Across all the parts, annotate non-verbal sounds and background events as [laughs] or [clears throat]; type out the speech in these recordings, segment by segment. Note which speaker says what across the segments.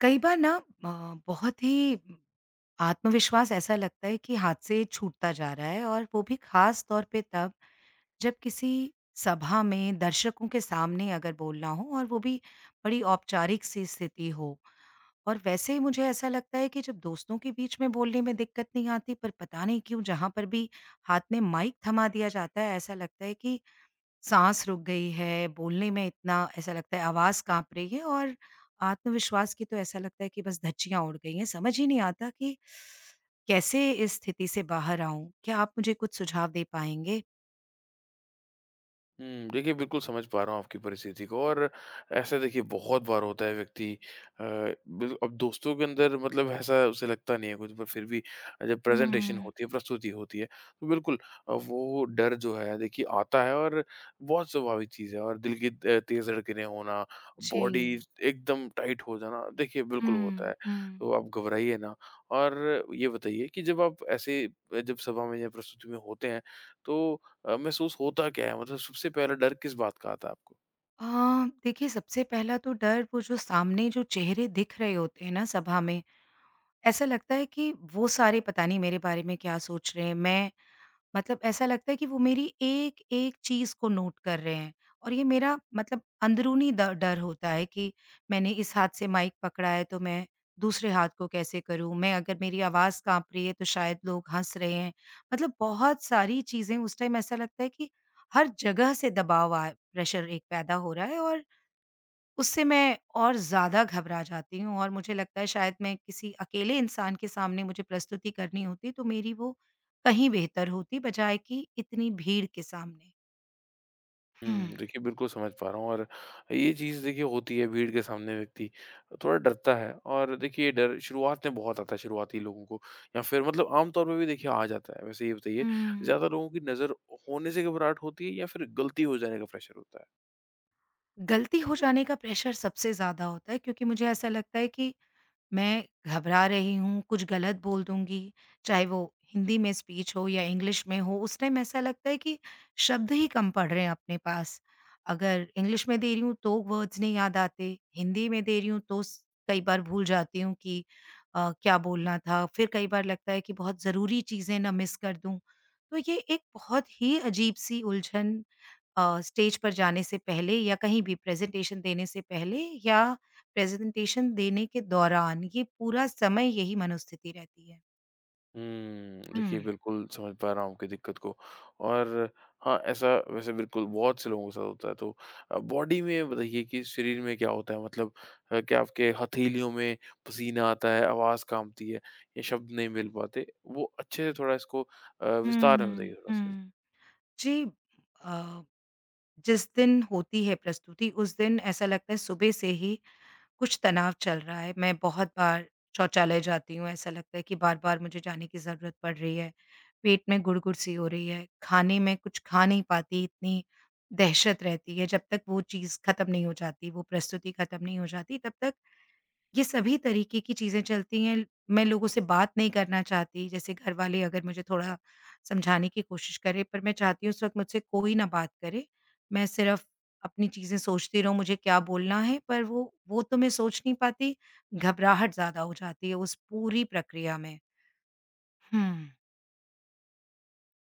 Speaker 1: कई बार ना। अ, बहुत ही आत्मविश्वास ऐसा लगता है कि हाथ से छूटता जा रहा है और वो भी खास तौर पे तब जब किसी सभा में दर्शकों के सामने अगर बोलना हो और वो भी बड़ी औपचारिक सी स्थिति हो। और वैसे ही मुझे ऐसा लगता है कि जब दोस्तों के बीच में बोलने में दिक्कत नहीं आती पर पता नहीं क्यों जहां पर भी हाथ में माइक थमा दिया जाता है ऐसा लगता है कि साँस रुक गई है, बोलने में इतना ऐसा लगता है आवाज़ काँप रही है और आत्मविश्वास की तो ऐसा लगता है कि बस धज्जियाँ उड़ गई हैं। समझ ही नहीं आता कि कैसे इस स्थिति से बाहर आऊँ? क्या आप मुझे कुछ सुझाव दे पाएँगे?
Speaker 2: हुँ, देखिए बिल्कुल समझ पा रहा हूँ आपकी परिस्थिति को। और ऐसा देखिए बहुत बार होता है, व्यक्ति अ, बिल अब दोस्तों के अंदर मतलब ऐसा उसे लगता नहीं है कुछ, पर फिर भी जब प्रेजेंटेशन
Speaker 1: हुँ।
Speaker 2: होती है, प्रस्तुति होती है तो बिल्कुल वो डर जो है देखिए आता है। और बहुत स्वाभाविक चीज़ है, और दिल की तेज़ धड़कनें होना,
Speaker 1: जी।
Speaker 2: बॉडी एकदम टाइट हो जाना देखिए बिल्कुल होता है।
Speaker 1: हुँ, हुँ।
Speaker 2: तो आप घबराइए ना, और ये बताइए कि जब आप ऐसे जब सभा में या प्रस्तुति में होते हैं तो महसूस होता क्या है? मतलब सबसे पहला डर किस बात का आता है आपको?
Speaker 1: अ, देखिए सबसे पहला तो डर वो जो सामने जो चेहरे दिख रहे होते हैं ना सभा में, ऐसा लगता है कि वो सारे पता नहीं मेरे बारे में क्या सोच रहे हैं। मैं मतलब ऐसा लगता है कि वो मेरी एक-एक चीज़ को नोट कर रहे हैं और ये मेरा मतलब अंदरूनी द डर होता है कि मैंने इस हाथ से माइक पकड़ा है, तो मैं दूसरे हाथ को कैसे करूँ? मैं अगर मेरी आवाज़ काँप रही है, तो शायद लोग हँस रहे हैं। मतलब बहुत सारी चीज़ें उस टाइम ऐसा लगता है कि हर जगह से दबाव आ प्रेशर एक पैदा हो रहा है और उससे मैं और ज़्यादा घबरा जाती हूँ और मुझे लगता है शायद मैं किसी अकेले इंसान के सामने मुझे प्रस्तुति करनी होती तो मेरी वो कहीं बेहतर होती बजाय कि इतनी भीड़ के सामने। हुँ,
Speaker 2: हुँ। देखिए, बिल्कुल समझ पा रहा हूँ। और ये चीज़ देखिए होती है, भीड़ के सामने व्यक्ति थोड़ा डरता है, और देखिए ये डर शुरुआत में बहुत आता है शुरुआती लोगों को, या फिर मतलब आम तौर पे भी देखिए आ जाता है। वैसे ये बताइए,
Speaker 1: हुँ।
Speaker 2: ज़्यादा लोगों की नज़र होने से घबराहट होती है, या फिर गलती हो जाने का प्रेशर होता है?
Speaker 1: गलती हो जाने का प्रेशर सबसे ज़्यादा होता है क्योंकि मुझे ऐसा लगता है कि मैं घबरा रही हूँ, कुछ गलत बोल दूँगी, चाहे वो हिंदी में स्पीच हो या इंग्लिश में हो, उस टाइम ऐसा लगता है कि शब्द ही कम पड़ रहे हैं अपने पास। अगर इंग्लिश में दे रही हूँ तो वर्ड्स नहीं याद आते, हिंदी में दे रही हूँ तो स कई बार भूल जाती हूँ कि क्या बोलना था। फिर कई बार लगता है कि बहुत ज़रूरी चीज़ें ना मिस कर दूँ। तो ये एक बहुत ही अजीब-सी उलझन स्टेज पर जाने से पहले या कहीं भी प्रेज़ेंटेशन देने से पहले या प्रेज़ेंटेशन देने के दौरान, ये पूरा समय यही मनोस्थिति रहती है।
Speaker 2: हुँ,
Speaker 1: हुँ।
Speaker 2: देखिए बिल्कुल समझ पा रहा हूँ आपकी दिक्कत को। और हाँ, ऐसा वैसे बिल्कुल बहुत से लोगों के साथ होता है। तो बॉडी में बताइए कि शरीर में क्या होता है? मतलब क्या आपके हथेलियों में पसीना आता है, आवाज़ काँपती है, या शब्द नहीं मिल पाते? वो अच्छे से थोड़ा इसको विस्तार में बताइए
Speaker 1: हुँ,
Speaker 2: थोड़ा-सा।
Speaker 1: हुँ। जी, अ, जिस दिन होती है प्रस्तुति, उस दिन ऐसा लगता है सुबह से ही कुछ तनाव चल रहा है, मैं बहुत बार शौचालय जाती हूँ, ऐसा लगता है कि बार-बार मुझे जाने की ज़रूरत पड़ रही है। पेट में गुड़गुड़ सी हो रही है, खाने में कुछ खा नहीं पाती, इतनी दहशत रहती है, जब तक वो चीज़ खत्म नहीं हो जाती, वो प्रस्तुति खत्म नहीं हो जाती, तब तक ये सभी तरीके की चीज़ें चलती हैं। मैं लोगों से बात नहीं करना चाहती, जैसे घरवाले अगर मुझे थोड़ा समझाने की कोशिश करें, पर मैं चाहती हूँ उस वक़्त मुझसे कोई ना बात करे। मैं सिर्फ़ अपनी चीज़ें सोचती रहूँ, मुझे क्या बोलना है, पर वो तो मैं सोच नहीं पाती, घबराहट ज़्यादा हो जाती है उस पूरी प्रक्रिया में। हुँ।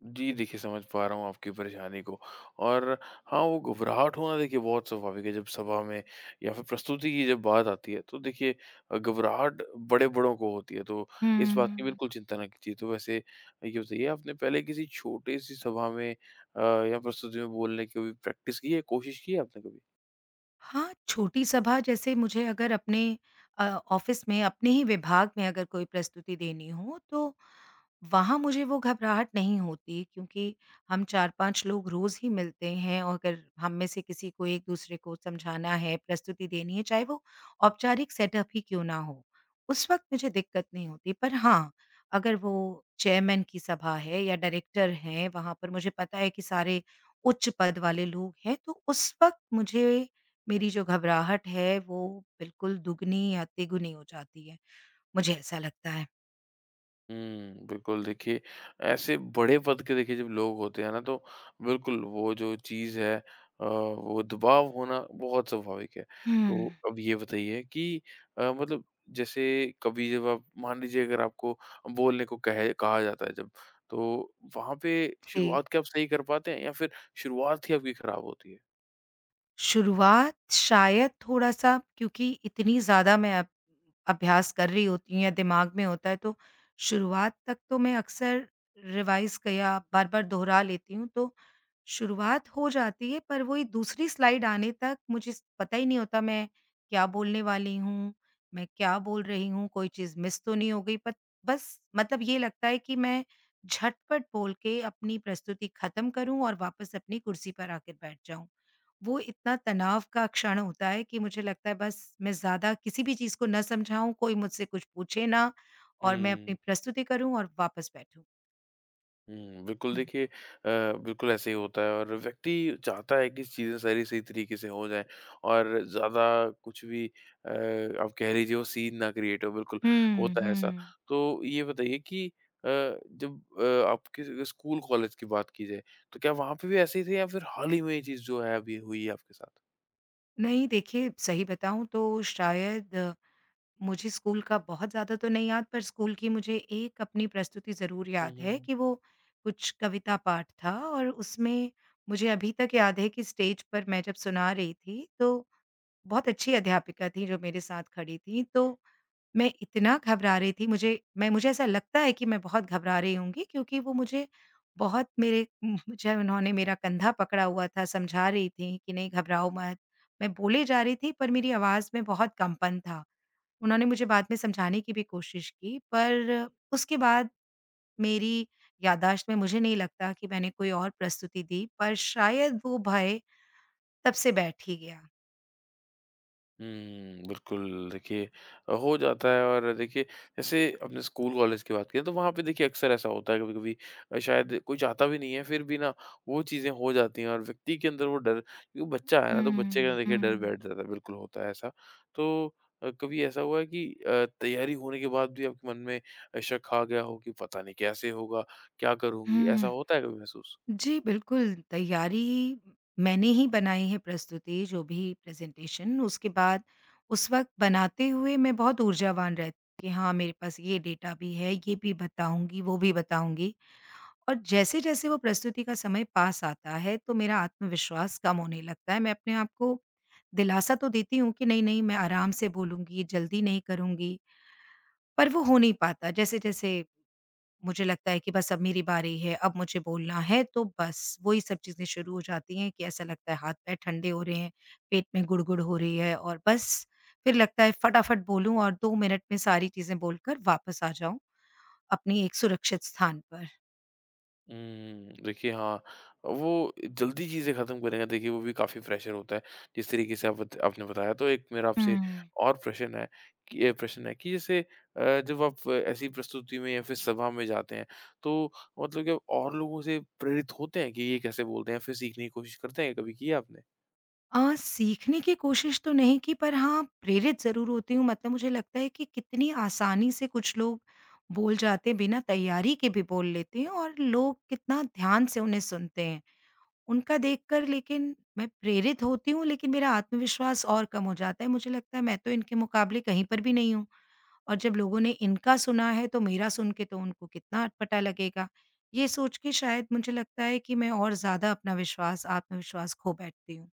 Speaker 2: जी, देखिए समझ पा रहा हूँ आपकी परेशानी को। और हाँ, वो घबराहट होना देखिए बहुत स्वाभाविक है। जब सभा में या फिर प्रस्तुति की जब बात आती है, तो देखिए घबराहट बड़े-बड़ों को होती है, तो इस बात की बिल्कुल
Speaker 1: हुँ।
Speaker 2: चिंता ना कीजिए। तो वैसे ये बताइए, आपने पहले किसी छोटी-सी सभा में या प्रस्तुति में बोलने की कभी प्रैक्टिस की है, कोशिश की है आपने कभी?
Speaker 1: हाँ, छोटी सभा जैसे मुझे अगर अपने अ, ऑफ़िस में अपने ही विभाग में अगर कोई प्रस्तुति देनी हो तो वहाँ मुझे वो घबराहट नहीं होती क्योंकि हम 4-5 लोग रोज़ ही मिलते हैं और अगर हम में से किसी को एक-दूसरे को समझाना है, प्रस्तुति देनी है, चाहे वो औपचारिक सेटअप ही क्यों ना हो, उस वक़्त मुझे दिक्कत नहीं होती। पर हाँ, अगर वो चेयरमैन की सभा है या डायरेक्टर हैं, वहाँ पर मुझे पता है कि सारे उच्च पद वाले लोग हैं, तो उस वक़्त मुझे मेरी जो घबराहट है वो बिल्कुल दुगनी या तिगुनी हो जाती है, मुझे ऐसा लगता है।
Speaker 2: हुँ, बिल्कुल देखिए, ऐसे बड़े पद के देखिए जब लोग होते हैं ना, तो बिल्कुल वो जो चीज़ है वो दबाव होना बहुत स्वाभाविक है। तो
Speaker 1: हुँ।
Speaker 2: अब ये बताइए कि मतलब जैसे कभी जब आप मान लीजिए, अगर आपको बोलने को कहे कहा जाता है जब, तो वहाँ पे
Speaker 1: जी।
Speaker 2: शुरुआत क्या आप सही कर पाते हैं, या फिर शुरुआत ही आपकी खराब होती है?
Speaker 1: शुरुआत शायद थोड़ा-सा क्योंकि इतनी ज़्यादा मैं अभ्यास कर रही होती हूँ या दिमाग में होता है तो शुरुआत तक तो मैं अक्सर रिवाइज़ क या बार-बार दोहरा लेती हूँ तो शुरुआत हो जाती है पर वही दूसरी स्लाइड आने तक मुझे स पता ही नहीं होता मैं क्या बोलने वाली हूँ, मैं क्या बोल रही हूँ, कोई चीज़ मिस तो नहीं हो गई बट बस मतलब ये लगता है कि मैं झटपट बोल के अपनी प्रस्तुति खत्म करूँ और वापस अपनी कुर्सी पर आकर बैठ जाऊँ। वो इतना तनाव का क्षण होता है कि मुझे लगता है बस मैं ज़्यादा किसी भी चीज़ को ना समझाऊँ, कोई मुझसे कुछ पूछे ना और मैं अपनी
Speaker 2: हुँ।
Speaker 1: प्रस्तुति करूँ और वापस बैठूँ।
Speaker 2: हुँ, बिल्कुल
Speaker 1: हुँ।
Speaker 2: देखिए बिल्कुल ऐसे ही होता है, और व्यक्ति चाहता है कि चीज़ें सारी सही तरीके से हो जाएँ, और ज़्यादा कुछ भी अ, आप कह लीजिए वो सीन ना क्रिएट हो, बिल्कुल
Speaker 1: हुँ,
Speaker 2: होता है ऐसा।
Speaker 1: हुँ।
Speaker 2: तो ये बताइए कि जब आपके अगर स्कूल कॉलेज की बात की जाए, तो क्या वहाँ पे भी ऐसे ही थे, या फिर हाल ही में ये चीज़ जो है अभी हुई है आपके साथ?
Speaker 1: नहीं देखिए, सही बताऊँ तो शायद मुझे स्कूल का बहुत ज़्यादा तो नहीं याद पर स्कूल की मुझे एक अपनी प्रस्तुति ज़रूर याद है कि वो कुछ कविता पाठ था और उसमें मुझे अभी तक याद है कि स्टेज पर मैं जब सुना रही थी, तो बहुत अच्छी अध्यापिका थी जो मेरे साथ खड़ी थी, तो मैं इतना घबरा रही थी मुझे ऐसा लगता है कि मैं बहुत घबरा रही होंगी क्योंकि वो मुझे बहुत मेरे [laughs] मुझे उन्होंने मेरा कंधा पकड़ा हुआ था समझा रही थी कि नहीं घबराओ मत। मैं बोले जा रही थी पर मेरी आवाज़ में बहुत कंपन था। उन्होंने मुझे बाद में समझाने की भी कोशिश की पर उसके बाद मेरी याददाश्त में मुझे नहीं लगता कि मैंने कोई और प्रस्तुति दी पर शायद वो भय तब से बैठ ही गया।
Speaker 2: हुँ, बिल्कुल देखिए, हो जाता है। और देखिए जैसे अपने स्कूल कॉलेज की बात करें, तो वहाँ पे देखिए अक्सर ऐसा होता है कभी-कभी। शायद कोई चाहता भी नहीं है, फिर भी ना वो चीज़ें हो जाती हैं, और व्यक्ति के अंदर वो डर, क्योंकि बच्चा है ना, तो
Speaker 1: हुँ,
Speaker 2: बच्चे के अंदर देखिए डर
Speaker 1: हुँ,
Speaker 2: बैठ जाता है, बिल्कुल होता है ऐसा। तो कभी ऐसा हुआ है कि तैयारी होने के बाद भी आपके मन में शक आ गया हो कि पता नहीं कैसे होगा, क्या करूँगी?
Speaker 1: हुँ,
Speaker 2: ऐसा होता है कभी महसूस?
Speaker 1: जी, बिल्कुल, तैयारी मैंने ही बनाई है प्रस्तुति जो भी प्रेज़ेंटेशन उसके बाद उस वक़्त बनाते हुए मैं बहुत ऊर्जावान रहती कि हाँ, मेरे पास ये डेटा भी है, ये भी बताऊँगी, वो भी बताऊँगी और जैसे-जैसे वो प्रस्तुति का समय पास आता है, तो मेरा आत्मविश्वास कम होने लगता है। मैं अपने आप को दिलासा तो देती हूँ कि नहीं, नहीं मैं आराम से बोलूँगी, जल्दी नहीं करूँगी, पर वो हो नहीं पाता जैसे-जैसे मुझे लगता है कि बस अब मेरी बारी है, अब मुझे बोलना है, तो बस वही सब चीज़ें शुरू हो जाती हैं कि ऐसा लगता है हाथ-पैर ठंडे हो रहे हैं, पेट में गुड़गुड़ हो रही है और बस फिर लगता है फटाफट बोलूँ और 2 मिनट में सारी चीज़ें बोलकर वापस आ जाऊँ अपनी एक सुरक्षित स्थान पर।
Speaker 2: हुँ, देखिए हाँ, वो जल्दी चीज़ें ख़त्म करेंगे देखिए वो भी काफ़ी प्रेशर होता है, जिस तरीके से आप बत आपने बताया। तो एक मेरा आपसे
Speaker 1: हुँ।
Speaker 2: और प्रश्न है कि प्रश्न है कि जैसे जब आप ऐसी प्रस्तुति में या फिर सभा में जाते हैं, तो मतलब कि आप और लोगों से प्रेरित होते हैं कि ये कैसे बोलते हैं? फिर सीखने की कोशिश करते हैं, कभी की है आपने?
Speaker 1: अ, सीखने की कोशिश तो नहीं की पर हाँ, प्रेरित ज़रूर होती हूँ मतलब मुझे लगता है कि कितनी आसानी से कुछ लोग बोल जाते हैं, बिना तैयारी के भी बोल लेते हैं और लोग कितना ध्यान से उन्हें सुनते हैं। उनका देखकर लेकिन मैं प्रेरित होती हूँ, लेकिन मेरा आत्मविश्वास और कम हो जाता है। मुझे लगता है मैं तो इनके मुकाबले कहीं पर भी नहीं हूँ और जब लोगों ने इनका सुना है तो मेरा सुन के तो उनको कितना अटपटा लगेगा। ये सोच के शायद मुझे लगता है कि मैं और ज़्यादा अपना विश्वास आत्मविश्वास खो बैठती हूँ।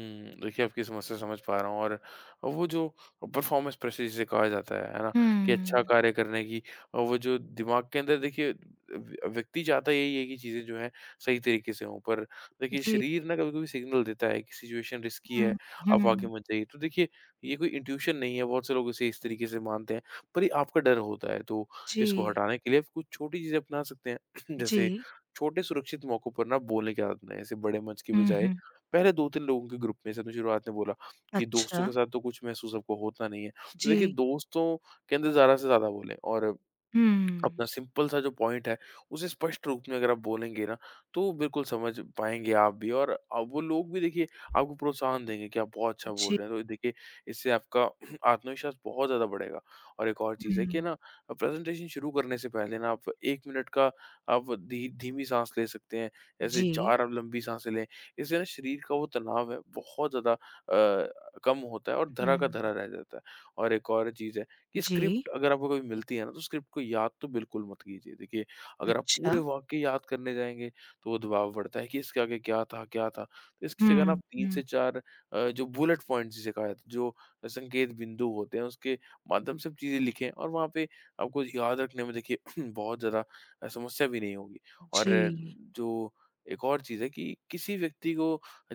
Speaker 2: हुँ, देखिए आपकी समस्या समझ पा रहा हूँ। और वो जो परफॉर्मेंस प्रेशर जिसे कहा जाता है ना? कि अच्छा
Speaker 1: हुँ।
Speaker 2: कार्य करने की वो जो दिमाग के अंदर देखिए व्यक्ति चाहता यही है कि चीज़ें जो हैं सही तरीके से हों, पर देखिए
Speaker 1: जी।
Speaker 2: शरीर ना कभी-कभी सिग्नल देता है कि सिचुएशन रिस्की है,
Speaker 1: हुँ,
Speaker 2: आप आगे
Speaker 1: हुँ।
Speaker 2: मत जाइए। तो देखिए ये कोई इंट्यूशन नहीं है, बहुत से लोग इसे इस तरीके से मानते हैं, पर ये आपका डर होता है। तो इसको
Speaker 1: जी,
Speaker 2: हटाने के लिए आप कुछ छोटी चीज़ें अपना सकते हैं, [clears throat]
Speaker 1: जी।
Speaker 2: जैसे छोटे सुरक्षित मौकों पर ना बोलने की आदत बनाएँ, ऐसे बड़े मंच की
Speaker 1: हुँ,
Speaker 2: बजाय
Speaker 1: हुँ।
Speaker 2: पहले 2-3 लोगों के ग्रुप में, जैसे आपने शुरुआत में बोला कि दोस्तों
Speaker 1: अच्छा।
Speaker 2: के साथ तो कुछ महसूस आपको होता नहीं है। तो देखिए
Speaker 1: जी।
Speaker 2: दोस्तों के अंदर ज़्यादा से ज़्यादा बोलें, और
Speaker 1: हुँ।
Speaker 2: अपना सिंपल सा जो पॉइंट है, उसे स्पष्ट रूप में अगर आप बोलेंगे ना, तो बिल्कुल समझ पाएँगे आप भी, और वो लोग भी देखिए आपको प्रोत्साहन देंगे कि आप बहुत अच्छा बोल
Speaker 1: जी।
Speaker 2: रहे हैं। तो देखिए इससे आपका [clears throat] आत्मविश्वास बहुत ज़्यादा बढ़ेगा। और एक और चीज़ है कि
Speaker 1: हुँ।
Speaker 2: ना, प्रेज़ेंटेशन शुरू करने से पहले ना आप 1 मिनट का आप धी धीमी साँस ले सकते हैं, जैसे
Speaker 1: जी।
Speaker 2: 4 आप लंबी साँसें लें। इससे ना शरीर का वो तनाव है बहुत ज़्यादा कम होता है, और धरा का
Speaker 1: हुँ।
Speaker 2: धरा रह जाता है। और एक और चीज़ है कि
Speaker 1: जी।
Speaker 2: स्क्रिप्ट अगर आपको कभी मिलती है ना, तो स्क्रिप्ट को याद तो बिल्कुल मत कीजिए। देखिए अगर आप पूरे
Speaker 1: अच्छा।
Speaker 2: वाक्य याद करने जाएँगे, तो वो दबाव बढ़ता है कि इसके आगे क्या था, क्या था? तो इसकी जगह ना
Speaker 1: हुँ,
Speaker 2: आप 3
Speaker 1: हुँ।
Speaker 2: से 4 जो बुलेट पॉइंट्स जिसे कहा जाता है, जो संकेत बिंदु होते हैं उसके माध्यम से आप चीज़ें लिखें, और वहाँ पे आपको याद रखने में देखिए [clears throat] बहुत ज़्यादा समस्या भी नहीं होगी। और
Speaker 1: जी।
Speaker 2: जो एक और चीज़ है कि किसी व्यक्ति को,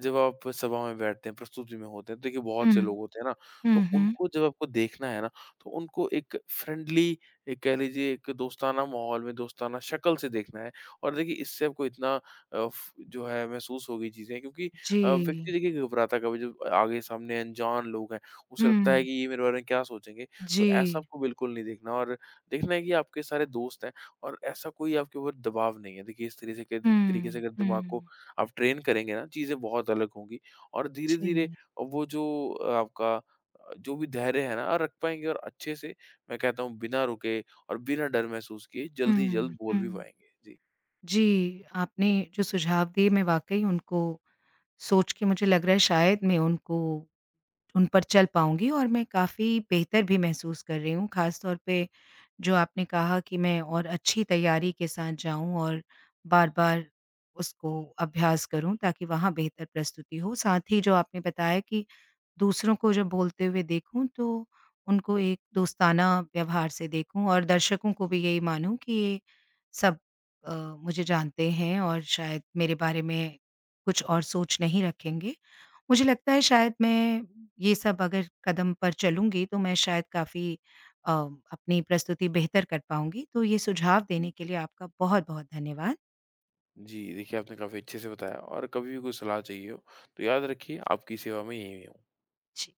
Speaker 2: जब आप सभा में बैठते हैं, प्रस्तुति में होते हैं, तो देखिए बहुत
Speaker 1: हुँ।
Speaker 2: से लोग होते हैं ना, तो
Speaker 1: हुँ, हुँ।
Speaker 2: उनको जब आपको देखना है ना, तो उनको एक फ्रेंडली, एक कह लीजिए एक दोस्ताना माहौल में, दोस्ताना शक्ल से देखना है। और देखिए इससे आपको इतना फ जो है महसूस होगी चीज़ें, क्योंकि
Speaker 1: जी।
Speaker 2: व्यक्ति देखिए घबराता कब है, जब आगे सामने अनजान लोग हैं, उसे लगता है
Speaker 1: हुँ।
Speaker 2: कि ये मेरे बारे में क्या सोचेंगे? तो
Speaker 1: जी।
Speaker 2: ऐसा आपको बिल्कुल नहीं देखना, और देखना है कि आपके सारे दोस्त हैं, और ऐसा कोई आपके ऊपर दबाव नहीं है। देखिए इस तरीके से
Speaker 1: हुँ,
Speaker 2: अगर दिमाग को
Speaker 1: हुँ।
Speaker 2: आप ट्रेन करेंगे ना, चीज़ें बहुत अलग होंगी, और धीरे-धीरे
Speaker 1: जी।
Speaker 2: वो जो आपका जो भी धैर्य है ना रख पाएँगे, और अच्छे से मैं कहता हूँ बिना रुके और बिना डर महसूस किए जल्द ही जल्द
Speaker 1: हुँ,
Speaker 2: बोल भी
Speaker 1: हुँ।
Speaker 2: पाएँगे। जी।
Speaker 1: जी, आपने जो सुझाव दिए मैं वाक़ई उनको सोच के मुझे लग रहा है शायद मैं उनको उन पर चल पाऊँगी और मैं काफ़ी बेहतर भी महसूस कर रही हूँ, ख़ास तौर पे जो आपने कहा कि मैं और अच्छी तैयारी के साथ जाऊँ और बार-बार उसको अभ्यास करूँ ताकि वहाँ बेहतर प्रस्तुति हो। साथ ही जो आपने बताया कि दूसरों को जब बोलते हुए देखूँ तो उनको एक दोस्ताना व्यवहार से देखूँ और दर्शकों को भी यही मानूँ कि ये सब मुझे जानते हैं और शायद मेरे बारे में कुछ और सोच नहीं रखेंगे। मुझे लगता है शायद मैं ये सब अगर कदम पर चलूँगी तो मैं शायद काफ़ी अपनी प्रस्तुति बेहतर कर पाऊँगी। तो ये सुझाव देने के लिए आपका बहुत-बहुत धन्यवाद।
Speaker 2: जी, देखिए आपने काफ़ी अच्छे से बताया, और कभी भी कोई सलाह चाहिए हो, तो याद रखिए आपकी सेवा में यहीं हूँ।
Speaker 1: जी।